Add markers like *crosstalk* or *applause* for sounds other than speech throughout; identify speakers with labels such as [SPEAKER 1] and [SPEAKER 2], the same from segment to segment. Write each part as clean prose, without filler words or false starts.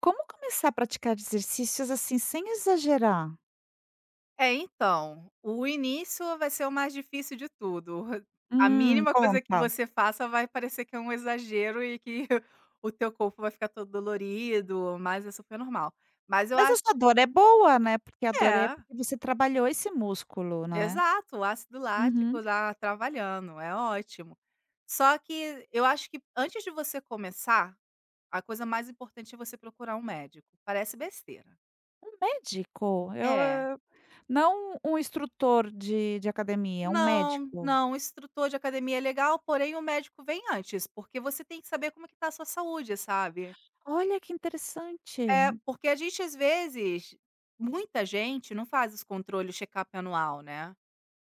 [SPEAKER 1] Como começar a praticar exercícios, assim, sem exagerar?
[SPEAKER 2] É, então, o início vai ser o mais difícil de tudo. *laughs* A mínima coisa que
[SPEAKER 1] Conta.
[SPEAKER 2] você faça vai parecer que é um exagero e que *laughs* o teu corpo vai ficar todo dolorido, mas é super normal. Mas eu
[SPEAKER 1] Mas
[SPEAKER 2] acho
[SPEAKER 1] essa
[SPEAKER 2] que
[SPEAKER 1] dor é boa, né, porque a dor é
[SPEAKER 2] É,
[SPEAKER 1] porque você trabalhou esse músculo, né.
[SPEAKER 2] exato, o ácido lático
[SPEAKER 1] Uhum.
[SPEAKER 2] lá trabalhando, é ótimo. Só que eu acho que antes de você começar, a coisa mais importante é você procurar um médico. Parece besteira.
[SPEAKER 1] Um médico, eu
[SPEAKER 2] É.
[SPEAKER 1] eu não um instrutor de academia, um
[SPEAKER 2] Não,
[SPEAKER 1] médico.
[SPEAKER 2] não, o instrutor de academia é legal, porém o médico vem antes, porque você tem que saber como que tá a sua saúde, sabe.
[SPEAKER 1] Olha que
[SPEAKER 2] É,
[SPEAKER 1] interessante.
[SPEAKER 2] porque a gente às vezes muita gente não faz os controles, o check-up anual, né,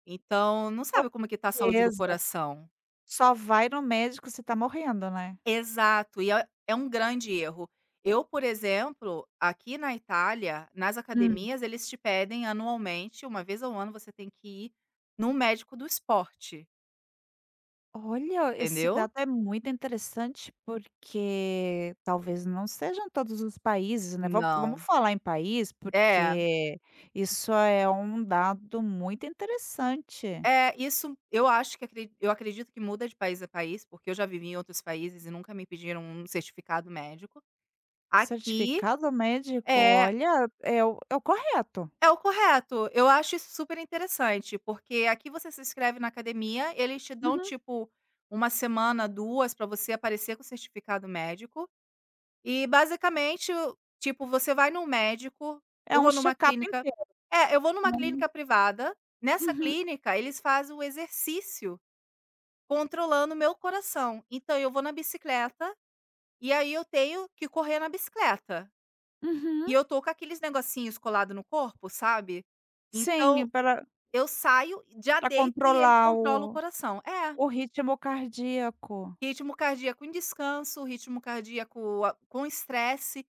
[SPEAKER 2] então não
[SPEAKER 1] Com
[SPEAKER 2] sabe como que tá a saúde do
[SPEAKER 1] certeza,
[SPEAKER 2] coração.
[SPEAKER 1] só vai no médico se tá morrendo, né.
[SPEAKER 2] Exato, e é um grande erro. Eu, por exemplo, aqui na Itália, nas academias, eles te pedem anualmente, uma vez ao ano, você tem que ir num médico do esporte,
[SPEAKER 1] Olha, esse
[SPEAKER 2] entendeu?
[SPEAKER 1] dado é muito interessante, porque talvez não sejam todos os países, né, vamos
[SPEAKER 2] Não.
[SPEAKER 1] falar em país,
[SPEAKER 2] É.
[SPEAKER 1] porque isso é um dado muito interessante.
[SPEAKER 2] É, isso eu acho que acre eu acredito que muda de país a país, porque eu já vivi em outros países e nunca me pediram um certificado médico. Aqui
[SPEAKER 1] Certificado médico,
[SPEAKER 2] é
[SPEAKER 1] olha, é o correto.
[SPEAKER 2] é o correto. Eu acho isso super interessante, porque aqui você se inscreve na academia, eles te dão,
[SPEAKER 1] Uhum.
[SPEAKER 2] tipo, uma semana, 2 para você aparecer com o certificado médico. E basicamente, o tipo, você vai num médico,
[SPEAKER 1] É
[SPEAKER 2] eu
[SPEAKER 1] um
[SPEAKER 2] vou numa
[SPEAKER 1] check-up
[SPEAKER 2] clínica,
[SPEAKER 1] inteiro,
[SPEAKER 2] eu vou numa
[SPEAKER 1] não
[SPEAKER 2] clínica privada. Nessa
[SPEAKER 1] uhum,
[SPEAKER 2] clínica eles fazem o exercício, controlando o meu coração. Então eu vou na bicicleta, e aí eu tenho que correr na bicicleta.
[SPEAKER 1] uhum.
[SPEAKER 2] E eu tô com aqueles negocinhos colado no corpo, sabe.
[SPEAKER 1] Sim,
[SPEAKER 2] Então
[SPEAKER 1] para
[SPEAKER 2] eu saio, já
[SPEAKER 1] para
[SPEAKER 2] deito e eles
[SPEAKER 1] controlar
[SPEAKER 2] controlam o
[SPEAKER 1] o
[SPEAKER 2] coração. É,
[SPEAKER 1] o ritmo cardíaco.
[SPEAKER 2] ritmo cardíaco em descanso, ritmo cardíaco a com estresse.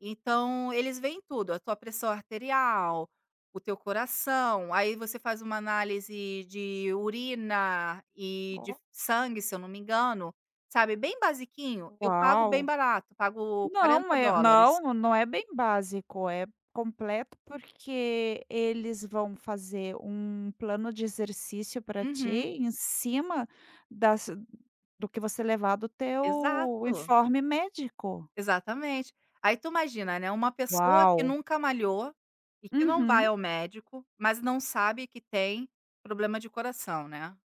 [SPEAKER 2] Então eles veem tudo, a tua pressão arterial, o teu coração, aí você faz uma análise de urina e de
[SPEAKER 1] Oh,
[SPEAKER 2] sangue, se eu não me engano, sabe, bem basiquinho, eu pago bem
[SPEAKER 1] uau!
[SPEAKER 2] barato, pago
[SPEAKER 1] Não,
[SPEAKER 2] 40
[SPEAKER 1] é
[SPEAKER 2] dólares.
[SPEAKER 1] não, não é bem básico, é completo, porque eles vão fazer um plano de exercício para ti
[SPEAKER 2] Uhum,
[SPEAKER 1] em cima das do que você levar do teu
[SPEAKER 2] exato,
[SPEAKER 1] informe médico.
[SPEAKER 2] exatamente. Aí tu imagina, né, uma pessoa que
[SPEAKER 1] Uau!
[SPEAKER 2] nunca malhou e que não vai
[SPEAKER 1] Uhum.
[SPEAKER 2] ao médico, mas não sabe que tem problema de coração, né,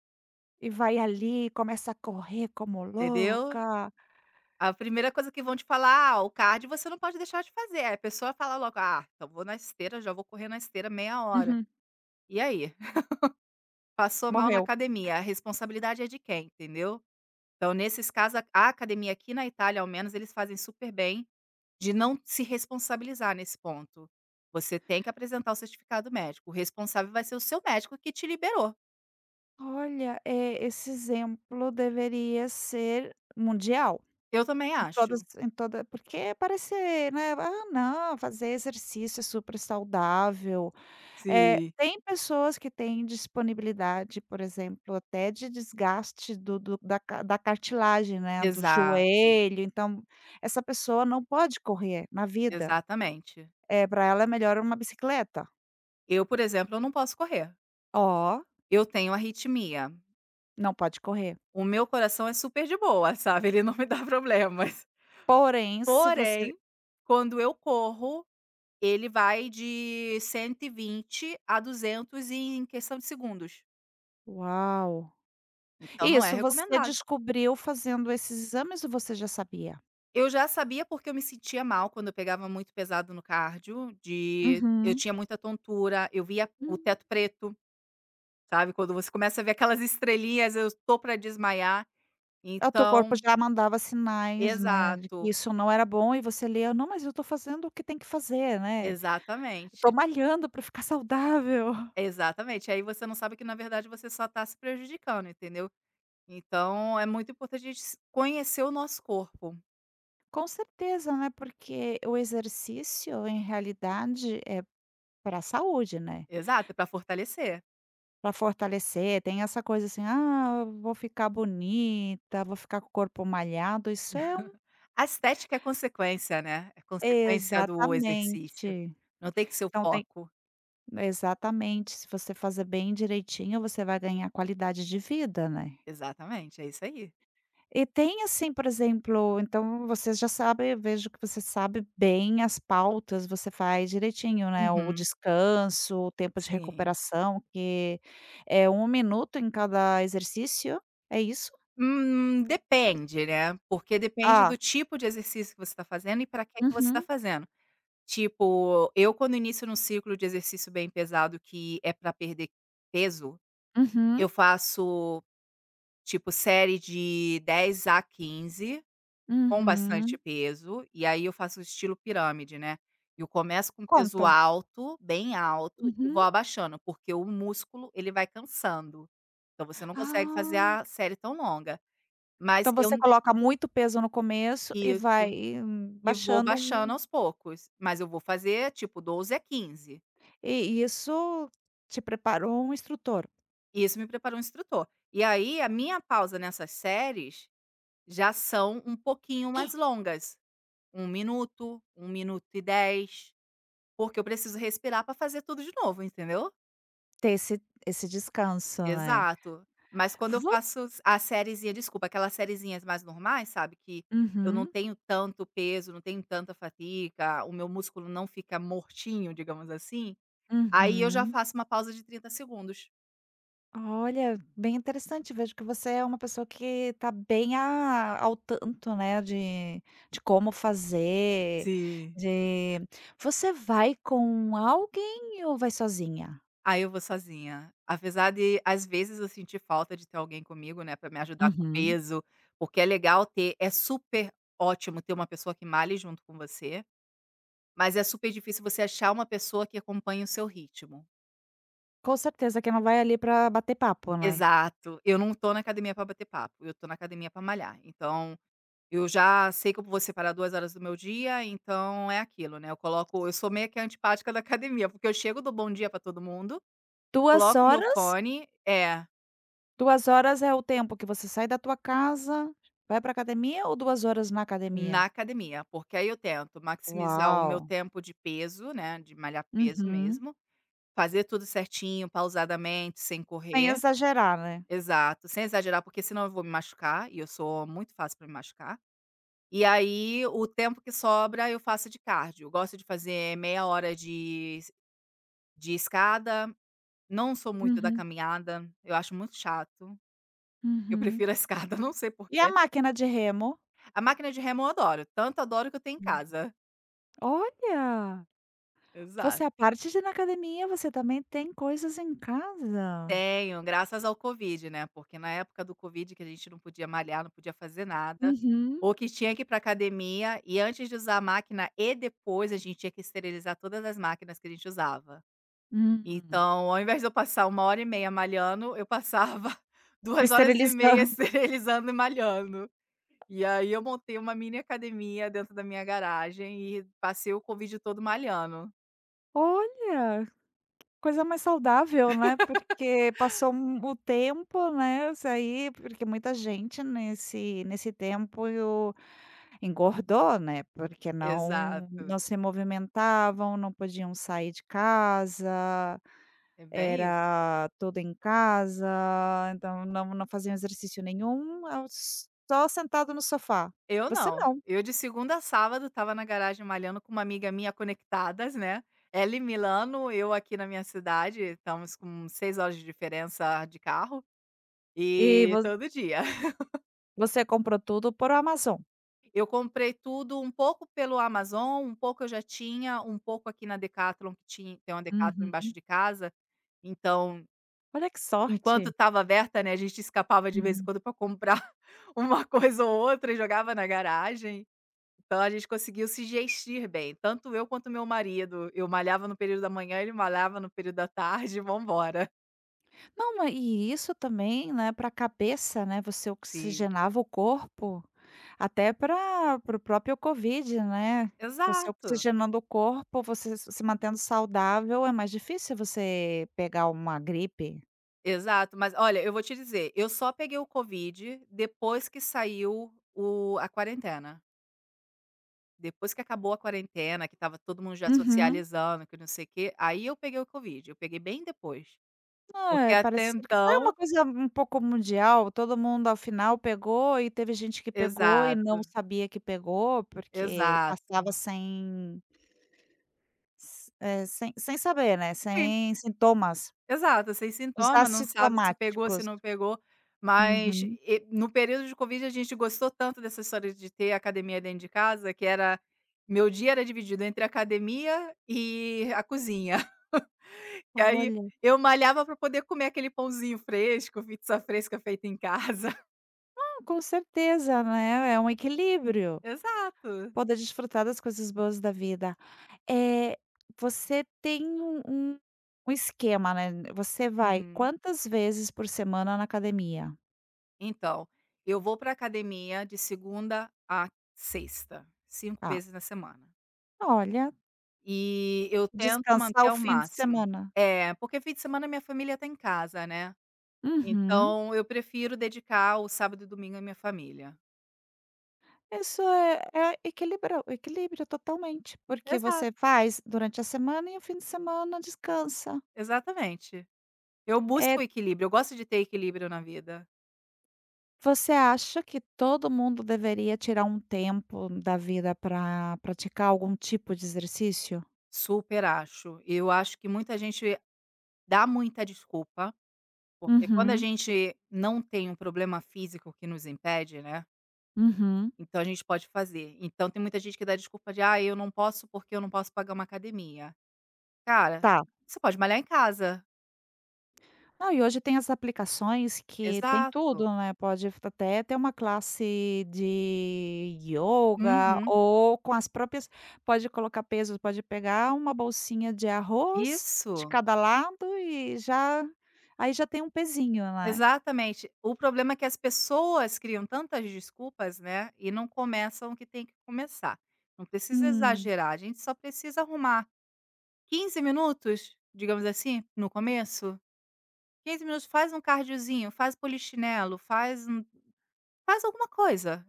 [SPEAKER 1] E vai ali, começa a correr como
[SPEAKER 2] entendeu?
[SPEAKER 1] louca.
[SPEAKER 2] A primeira coisa que vão te falar: "Ah, o cardio você não pode deixar de fazer". Aí a pessoa fala logo: "Ah, então vou na esteira, já vou correr na esteira meia hora".
[SPEAKER 1] Uhum.
[SPEAKER 2] E aí? *laughs* Passou mal na
[SPEAKER 1] Morreu.
[SPEAKER 2] academia, a responsabilidade é de quem, entendeu? Então, nesses casos, a academia aqui na Itália, ao menos, eles fazem super bem de não se responsabilizar nesse ponto. Você tem que apresentar o certificado médico. O responsável vai ser o seu médico que te liberou.
[SPEAKER 1] Olha, esse exemplo deveria ser mundial.
[SPEAKER 2] Eu também acho.
[SPEAKER 1] Todas em toda porque parece, né, "Ah, não, fazer exercício é super saudável". É,
[SPEAKER 2] Sim.
[SPEAKER 1] tem pessoas que têm disponibilidade, por exemplo, até de desgaste do da ca da cartilagem, né, do
[SPEAKER 2] Exato,
[SPEAKER 1] joelho, então essa pessoa não pode correr na vida.
[SPEAKER 2] exatamente.
[SPEAKER 1] É, para ela é melhor uma bicicleta.
[SPEAKER 2] Eu, por exemplo, eu não posso correr.
[SPEAKER 1] Ó,
[SPEAKER 2] Eu tenho arritmia.
[SPEAKER 1] não pode correr.
[SPEAKER 2] O meu coração é super de boa, *laughs* sabe, ele não me dá problemas.
[SPEAKER 1] Porém, se você
[SPEAKER 2] Porém, quando eu corro, ele vai de 120 a 200 em questão de segundos,
[SPEAKER 1] uau!
[SPEAKER 2] então não é
[SPEAKER 1] Isso você
[SPEAKER 2] recomendado.
[SPEAKER 1] descobriu fazendo esses exames ou você já sabia?
[SPEAKER 2] Eu já sabia, porque eu me sentia mal quando eu pegava muito pesado no cardio, de eu
[SPEAKER 1] Uhum.
[SPEAKER 2] tinha muita tontura, eu via o
[SPEAKER 1] Hum.
[SPEAKER 2] teto preto, sabe, quando você começa a ver aquelas estrelinhas, eu estou para desmaiar,
[SPEAKER 1] O teu corpo
[SPEAKER 2] então
[SPEAKER 1] já mandava sinais, né, de que
[SPEAKER 2] exato,
[SPEAKER 1] isso não era bom e você lia: "Não, mas eu tô fazendo o que tem que fazer, né, eu tô
[SPEAKER 2] exatamente.
[SPEAKER 1] malhando para ficar saudável".
[SPEAKER 2] Exatamente, aí você não sabe que na verdade você só está se prejudicando, entendeu. Então é muito importante a gente s conhecer o nosso corpo.
[SPEAKER 1] Com certeza, né, porque o exercício em realidade é pra saúde, né.
[SPEAKER 2] Exato, para fortalecer.
[SPEAKER 1] Para fortalecer, tem essa coisa assim: "Ah, vou ficar bonita, vou ficar com o corpo malhado", isso é um
[SPEAKER 2] A estética é consequência, né, é consequência do exercício,
[SPEAKER 1] exatamente.
[SPEAKER 2] não tem que ser o
[SPEAKER 1] Então tem
[SPEAKER 2] foco.
[SPEAKER 1] exatamente, se você fazer bem direitinho, você vai ganhar qualidade de vida, né.
[SPEAKER 2] Exatamente, é isso aí.
[SPEAKER 1] E tem assim, por exemplo, então você já sabe, eu vejo que você sabe bem as pautas, você faz direitinho, né, o
[SPEAKER 2] Uhum,
[SPEAKER 1] descanso, o tempo de
[SPEAKER 2] sim.
[SPEAKER 1] recuperação, que é 1 minuto em cada exercício, é isso?
[SPEAKER 2] Depende, né, porque depende do
[SPEAKER 1] Ah,
[SPEAKER 2] tipo de exercício que você está fazendo e para que que você está
[SPEAKER 1] uhum,
[SPEAKER 2] fazendo. Tipo, eu quando inicio num ciclo de exercício bem pesado que é para perder peso. Eu
[SPEAKER 1] uhum,
[SPEAKER 2] faço, tipo, série de 10 a 15 com bastante
[SPEAKER 1] uhum.
[SPEAKER 2] peso, e aí eu faço estilo pirâmide, né. Eu começo com peso
[SPEAKER 1] Conta.
[SPEAKER 2] alto, bem alto, e
[SPEAKER 1] Uhum.
[SPEAKER 2] vou abaixando, porque o músculo, ele vai cansando. Então você não consegue fazer
[SPEAKER 1] Ah,
[SPEAKER 2] a série tão longa. Mas
[SPEAKER 1] então
[SPEAKER 2] eu
[SPEAKER 1] você
[SPEAKER 2] n
[SPEAKER 1] coloca muito peso no começo e vai
[SPEAKER 2] Isso. E vou
[SPEAKER 1] baixando
[SPEAKER 2] baixando
[SPEAKER 1] um,
[SPEAKER 2] aos poucos, mas eu vou fazer, tipo, doze a 15.
[SPEAKER 1] e isso te preparou um instrutor,
[SPEAKER 2] Isso me preparou um instrutor. E aí, a minha pausa nessas séries já são um pouquinho mais longas. 1 minuto, 1 minuto e 10, porque eu preciso respirar para fazer tudo de novo, entendeu?
[SPEAKER 1] ter esse descanso, né.
[SPEAKER 2] Exato. Mas quando eu faço s a sériezinha, desculpa, aquelas sériezinhas mais normais, sabe, que eu não
[SPEAKER 1] Uhum,
[SPEAKER 2] tenho tanto peso, não tenho tanta fadiga, o meu músculo não fica mortinho, digamos assim, aí eu já
[SPEAKER 1] uhum.
[SPEAKER 2] faço uma pausa de 30 segundos.
[SPEAKER 1] Olha, bem interessante. Vejo que você é uma pessoa que está bem a ao tanto, né, de como fazer,
[SPEAKER 2] Sim.
[SPEAKER 1] de você vai com alguém ou vai sozinha?
[SPEAKER 2] Ah, eu vou sozinha. Apesar de, às vezes, eu sentir falta de ter alguém comigo, né, pra me ajudar com o
[SPEAKER 1] Uhum.
[SPEAKER 2] peso, porque é legal ter, é super ótimo ter uma pessoa que malhe junto com você, mas é super difícil você achar uma pessoa que acompanhe o seu ritmo.
[SPEAKER 1] Com certeza que não vai ali para bater papo, né.
[SPEAKER 2] Exato. Eu não tô na academia pra bater papo, eu tô na academia pra malhar. Então, eu já sei que eu vou separar 2 horas do meu dia, então é aquilo, né, eu sou meio que a antipática da academia, porque eu chego, dou bom dia pra todo mundo,
[SPEAKER 1] duas
[SPEAKER 2] coloco meu
[SPEAKER 1] horas,
[SPEAKER 2] fone.
[SPEAKER 1] 2 horas é o tempo que você sai da tua casa, vai para academia ou 2 horas na
[SPEAKER 2] Na
[SPEAKER 1] academia?
[SPEAKER 2] academia, porque aí eu tento maximizar o meu
[SPEAKER 1] Uau!
[SPEAKER 2] tempo de peso, né, de malhar peso
[SPEAKER 1] Uhum.
[SPEAKER 2] mesmo, fazer tudo certinho, pausadamente, sem
[SPEAKER 1] Sem
[SPEAKER 2] correr,
[SPEAKER 1] exagerar, né?
[SPEAKER 2] exato, sem exagerar, porque senão eu vou me machucar e eu sou muito fácil para me machucar. E aí o tempo que sobra eu faço de cardio. Eu gosto de fazer meia hora de escada, não sou muito da
[SPEAKER 1] Uhum,
[SPEAKER 2] caminhada, eu acho muito chato, eu
[SPEAKER 1] uhum.
[SPEAKER 2] prefiro a *laughs* escada, não sei
[SPEAKER 1] E a
[SPEAKER 2] porquê.
[SPEAKER 1] máquina de remo?
[SPEAKER 2] A máquina de remo eu adoro, tanto adoro que eu tenho em
[SPEAKER 1] Hum.
[SPEAKER 2] casa.
[SPEAKER 1] Olha,
[SPEAKER 2] Exato.
[SPEAKER 1] você é a parte de ir na academia, você também tem coisas em casa?
[SPEAKER 2] Tenho, graças ao Covid, né, porque na época do Covid que a gente não podia malhar, não podia fazer nada,
[SPEAKER 1] Uhum.
[SPEAKER 2] ou que tinha que ir pra academia e antes de usar a máquina e depois a gente tinha que esterilizar todas as máquinas que a gente usava.
[SPEAKER 1] Hum,
[SPEAKER 2] Então, ao invés de eu passar 1 hora e meia malhando, eu passava *laughs* duas horas e
[SPEAKER 1] esterilizan
[SPEAKER 2] meia esterilizando e malhando. E aí eu montei uma mini academia dentro da minha garagem e passei o Covid todo malhando.
[SPEAKER 1] *laughs* olha, coisa mais saudável, né, porque passou um o tempo, né, isso aí porque muita gente nesse tempo engordou, né, porque não
[SPEAKER 2] Exato,
[SPEAKER 1] não se movimentavam, não podiam sair de casa.
[SPEAKER 2] é bem.
[SPEAKER 1] Era tudo em casa, então não faziam exercício nenhum, eu s- só sentado no sofá.
[SPEAKER 2] Eu
[SPEAKER 1] Você
[SPEAKER 2] não.
[SPEAKER 1] não.
[SPEAKER 2] Eu de segunda a sábado estava na garagem malhando com uma amiga minha conectadas, né, ela em Milano, eu aqui na minha cidade, estamos com 6 horas de diferença de carro,
[SPEAKER 1] E
[SPEAKER 2] e
[SPEAKER 1] vo
[SPEAKER 2] todo dia. *laughs*
[SPEAKER 1] você comprou tudo por Amazon.
[SPEAKER 2] Eu comprei tudo um pouco pelo Amazon, um pouco eu já tinha, um pouco aqui na Decathlon, que tinha tem uma Decathlon embaixo
[SPEAKER 1] Uhum.
[SPEAKER 2] de casa, então,
[SPEAKER 1] Olha que
[SPEAKER 2] enquanto
[SPEAKER 1] sorte.
[SPEAKER 2] estava aberta, né, a gente escapava de vez em
[SPEAKER 1] Uhum.
[SPEAKER 2] quando para comprar *laughs* uma coisa ou outra e jogava na garagem. Então a gente conseguiu se gestir bem, tanto eu quanto meu marido. Eu malhava no período da manhã, ele malhava no período da tarde. *laughs* Vambora.
[SPEAKER 1] Não, ma e isso também, né, para a cabeça, né, você
[SPEAKER 2] Sim.
[SPEAKER 1] oxigenava o corpo, até para o próprio Covid, né, você
[SPEAKER 2] Exato,
[SPEAKER 1] oxigenando o corpo, você se mantendo saudável, é mais difícil você pegar uma gripe.
[SPEAKER 2] exato. Mas olha, eu vou te dizer, eu só peguei o Covid depois que saiu o a quarentena. Depois que acabou a quarentena, que estava todo mundo já
[SPEAKER 1] Uhum.
[SPEAKER 2] socializando, que não sei o quê, aí eu peguei o Covid. Eu peguei bem depois. Porque
[SPEAKER 1] É,
[SPEAKER 2] até
[SPEAKER 1] parece ser que foi uma
[SPEAKER 2] então,
[SPEAKER 1] coisa um pouco mundial, todo mundo ao final pegou e teve gente que pegou e não
[SPEAKER 2] exato,
[SPEAKER 1] sabia que pegou, porque
[SPEAKER 2] exato.
[SPEAKER 1] passava sem s sem sem saber, né,
[SPEAKER 2] Sim,
[SPEAKER 1] sem sintomas,
[SPEAKER 2] exato, sem
[SPEAKER 1] os
[SPEAKER 2] sintoma, não sabe se pegou, se
[SPEAKER 1] assintomáticos.
[SPEAKER 2] não pegou, mas
[SPEAKER 1] Uhum.
[SPEAKER 2] e no período de Covid a gente gostou tanto dessa história de ter academia dentro de casa, que era meu dia era dividido entre a academia e a cozinha. *laughs* E aí
[SPEAKER 1] Olha.
[SPEAKER 2] eu malhava para poder comer aquele pãozinho fresco, pizza fresca feita em casa. *laughs*
[SPEAKER 1] Não, com certeza, né, é um equilíbrio,
[SPEAKER 2] Exato.
[SPEAKER 1] poder desfrutar das coisas boas da vida. É, você tem um esquema, né, você vai
[SPEAKER 2] Uhum.
[SPEAKER 1] quantas vezes por semana na academia?
[SPEAKER 2] Então, eu vou para academia de segunda a sexta, cinco
[SPEAKER 1] Tá.
[SPEAKER 2] vezes na semana.
[SPEAKER 1] Olha,
[SPEAKER 2] E eu tento
[SPEAKER 1] descansar
[SPEAKER 2] manter
[SPEAKER 1] o
[SPEAKER 2] ao
[SPEAKER 1] fim de
[SPEAKER 2] máximo.
[SPEAKER 1] semana.
[SPEAKER 2] É, porque fim de semana minha família tá em casa, né,
[SPEAKER 1] Uhum.
[SPEAKER 2] então eu prefiro dedicar o sábado e domingo à minha família.
[SPEAKER 1] Isso é é equilibra equilíbrio totalmente, porque
[SPEAKER 2] Exato,
[SPEAKER 1] você faz durante a semana e o fim de semana descansa.
[SPEAKER 2] exatamente. Eu
[SPEAKER 1] É,
[SPEAKER 2] busco o equilíbrio, eu gosto de ter equilíbrio na vida.
[SPEAKER 1] você acha que todo mundo deveria tirar um tempo da vida para praticar algum tipo de exercício?
[SPEAKER 2] Super acho. Eu acho que muita gente dá muita desculpa, porque quando a
[SPEAKER 1] Uhum,
[SPEAKER 2] gente não tem um problema físico que nos impede, né,
[SPEAKER 1] uhum.
[SPEAKER 2] então a gente pode fazer. Então tem muita gente que dá desculpa de: "Ah, eu não posso porque eu não posso pagar uma academia". Cara,
[SPEAKER 1] Tá.
[SPEAKER 2] você pode malhar em casa.
[SPEAKER 1] Não, e hoje tem as aplicações que tem tudo,
[SPEAKER 2] Exato.
[SPEAKER 1] né, pode até ter uma classe de yoga
[SPEAKER 2] Uhum.
[SPEAKER 1] ou com as próprias pode colocar pesos, pode pegar uma bolsinha de arroz de
[SPEAKER 2] Isso,
[SPEAKER 1] cada lado e já aí já tem um pezinho, né.
[SPEAKER 2] exatamente. O problema é que as pessoas criam tantas desculpas, né, e não começam o que tem que começar. Não precisa
[SPEAKER 1] Hum.
[SPEAKER 2] exagerar, a gente só precisa arrumar 15 minutos, digamos assim, no começo, 15 minutos, faz um cardiozinho, faz polichinelo, faz alguma coisa.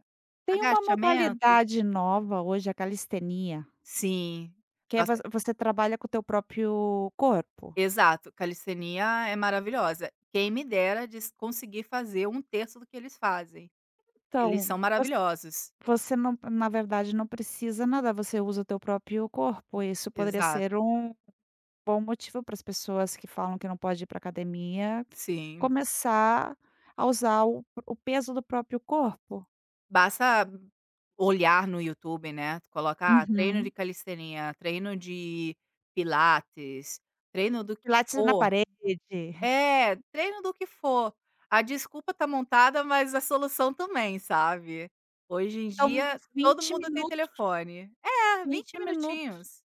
[SPEAKER 1] Tem uma
[SPEAKER 2] Agachamento.
[SPEAKER 1] modalidade nova hoje, a calistenia,
[SPEAKER 2] Sim.
[SPEAKER 1] que é vo
[SPEAKER 2] Nossa.
[SPEAKER 1] você trabalha com o teu próprio corpo.
[SPEAKER 2] Exato, calistenia é maravilhosa. Quem me dera de conseguir fazer um terço do que eles fazem. Eles
[SPEAKER 1] Então,
[SPEAKER 2] são maravilhosos.
[SPEAKER 1] você não na verdade não precisa nadar, você usa o teu próprio corpo, isso poderia
[SPEAKER 2] Exato,
[SPEAKER 1] ser um bom motivo para as pessoas que falam que não pode ir para academia,
[SPEAKER 2] sim.
[SPEAKER 1] começar a usar o peso do próprio corpo.
[SPEAKER 2] Basta olhar no YouTube, né, tu coloca: "Ah, treino de
[SPEAKER 1] Uhum.
[SPEAKER 2] calistenia, treino de pilates, treino do que
[SPEAKER 1] Pilates na
[SPEAKER 2] for".
[SPEAKER 1] parede.
[SPEAKER 2] É, treino do que for. A desculpa tá montada, mas a solução também, sabe. Hoje em
[SPEAKER 1] São
[SPEAKER 2] dia todo
[SPEAKER 1] vinte
[SPEAKER 2] mundo tem
[SPEAKER 1] minutos,
[SPEAKER 2] telefone. É, 20
[SPEAKER 1] 20 minutos.
[SPEAKER 2] minutinhos.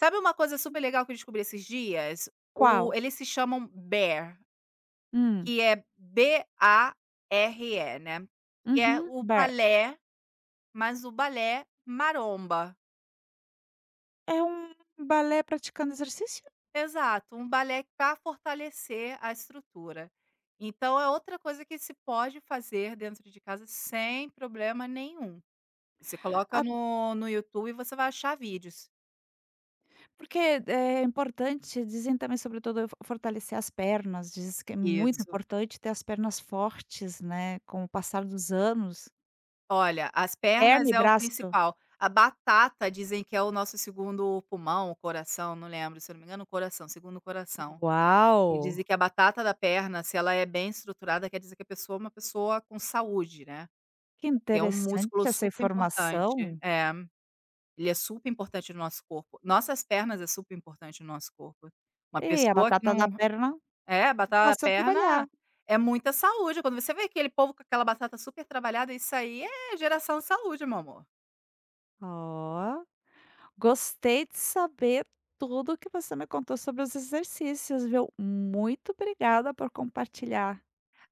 [SPEAKER 2] Sabe uma coisa super legal que eu descobri esses dias? O
[SPEAKER 1] Qual?
[SPEAKER 2] Eles se chamam Bear,
[SPEAKER 1] Hum.
[SPEAKER 2] que é BARE, né, que é
[SPEAKER 1] Uhum.
[SPEAKER 2] o
[SPEAKER 1] Bear.
[SPEAKER 2] balé, mas o balé maromba.
[SPEAKER 1] É um balé praticando exercício.
[SPEAKER 2] Exato, um balé para fortalecer a estrutura. Então é outra coisa que se pode fazer dentro de casa sem problema nenhum. Você coloca no YouTube e você vai achar vídeos.
[SPEAKER 1] Porque é importante, dizem também, sobretudo, eu fo fortalecer as pernas, diz que é muito
[SPEAKER 2] Isso.
[SPEAKER 1] importante ter as pernas fortes, né, com o passar dos anos.
[SPEAKER 2] Olha, as
[SPEAKER 1] Perna
[SPEAKER 2] pernas
[SPEAKER 1] e
[SPEAKER 2] é o
[SPEAKER 1] braço.
[SPEAKER 2] principal. A batata dizem que é o nosso segundo pulmão, o coração, não lembro, se eu não me engano, o coração, segundo coração. E dizem
[SPEAKER 1] Uau!
[SPEAKER 2] que a batata da perna, se ela é bem estruturada, quer dizer que a pessoa é uma pessoa com saúde, né?
[SPEAKER 1] Que
[SPEAKER 2] Que é um músculo
[SPEAKER 1] interessante essa
[SPEAKER 2] super importante.
[SPEAKER 1] informação.
[SPEAKER 2] É, ele é super importante no nosso corpo. Nossas pernas é super importante no nosso corpo. Uma
[SPEAKER 1] E a
[SPEAKER 2] pessoa que
[SPEAKER 1] batata da
[SPEAKER 2] não.
[SPEAKER 1] perna
[SPEAKER 2] É, batata da
[SPEAKER 1] passou a trabalhar.
[SPEAKER 2] perna é muita saúde. Quando você vê aquele povo com aquela batata super trabalhada, isso aí é geração de saúde, meu amor.
[SPEAKER 1] Ó. Gostei de saber tudo o que você me contou sobre os exercícios, viu. Muito obrigada por compartilhar.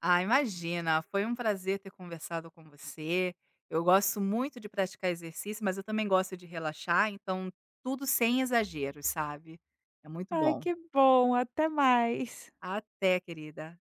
[SPEAKER 2] Ah, imagina, foi um prazer ter conversado com você. Eu gosto muito de praticar exercício, mas eu também gosto de relaxar, então tudo sem exageros, sabe? É muito
[SPEAKER 1] Ai,
[SPEAKER 2] bom.
[SPEAKER 1] que bom. Até mais.
[SPEAKER 2] Até, querida.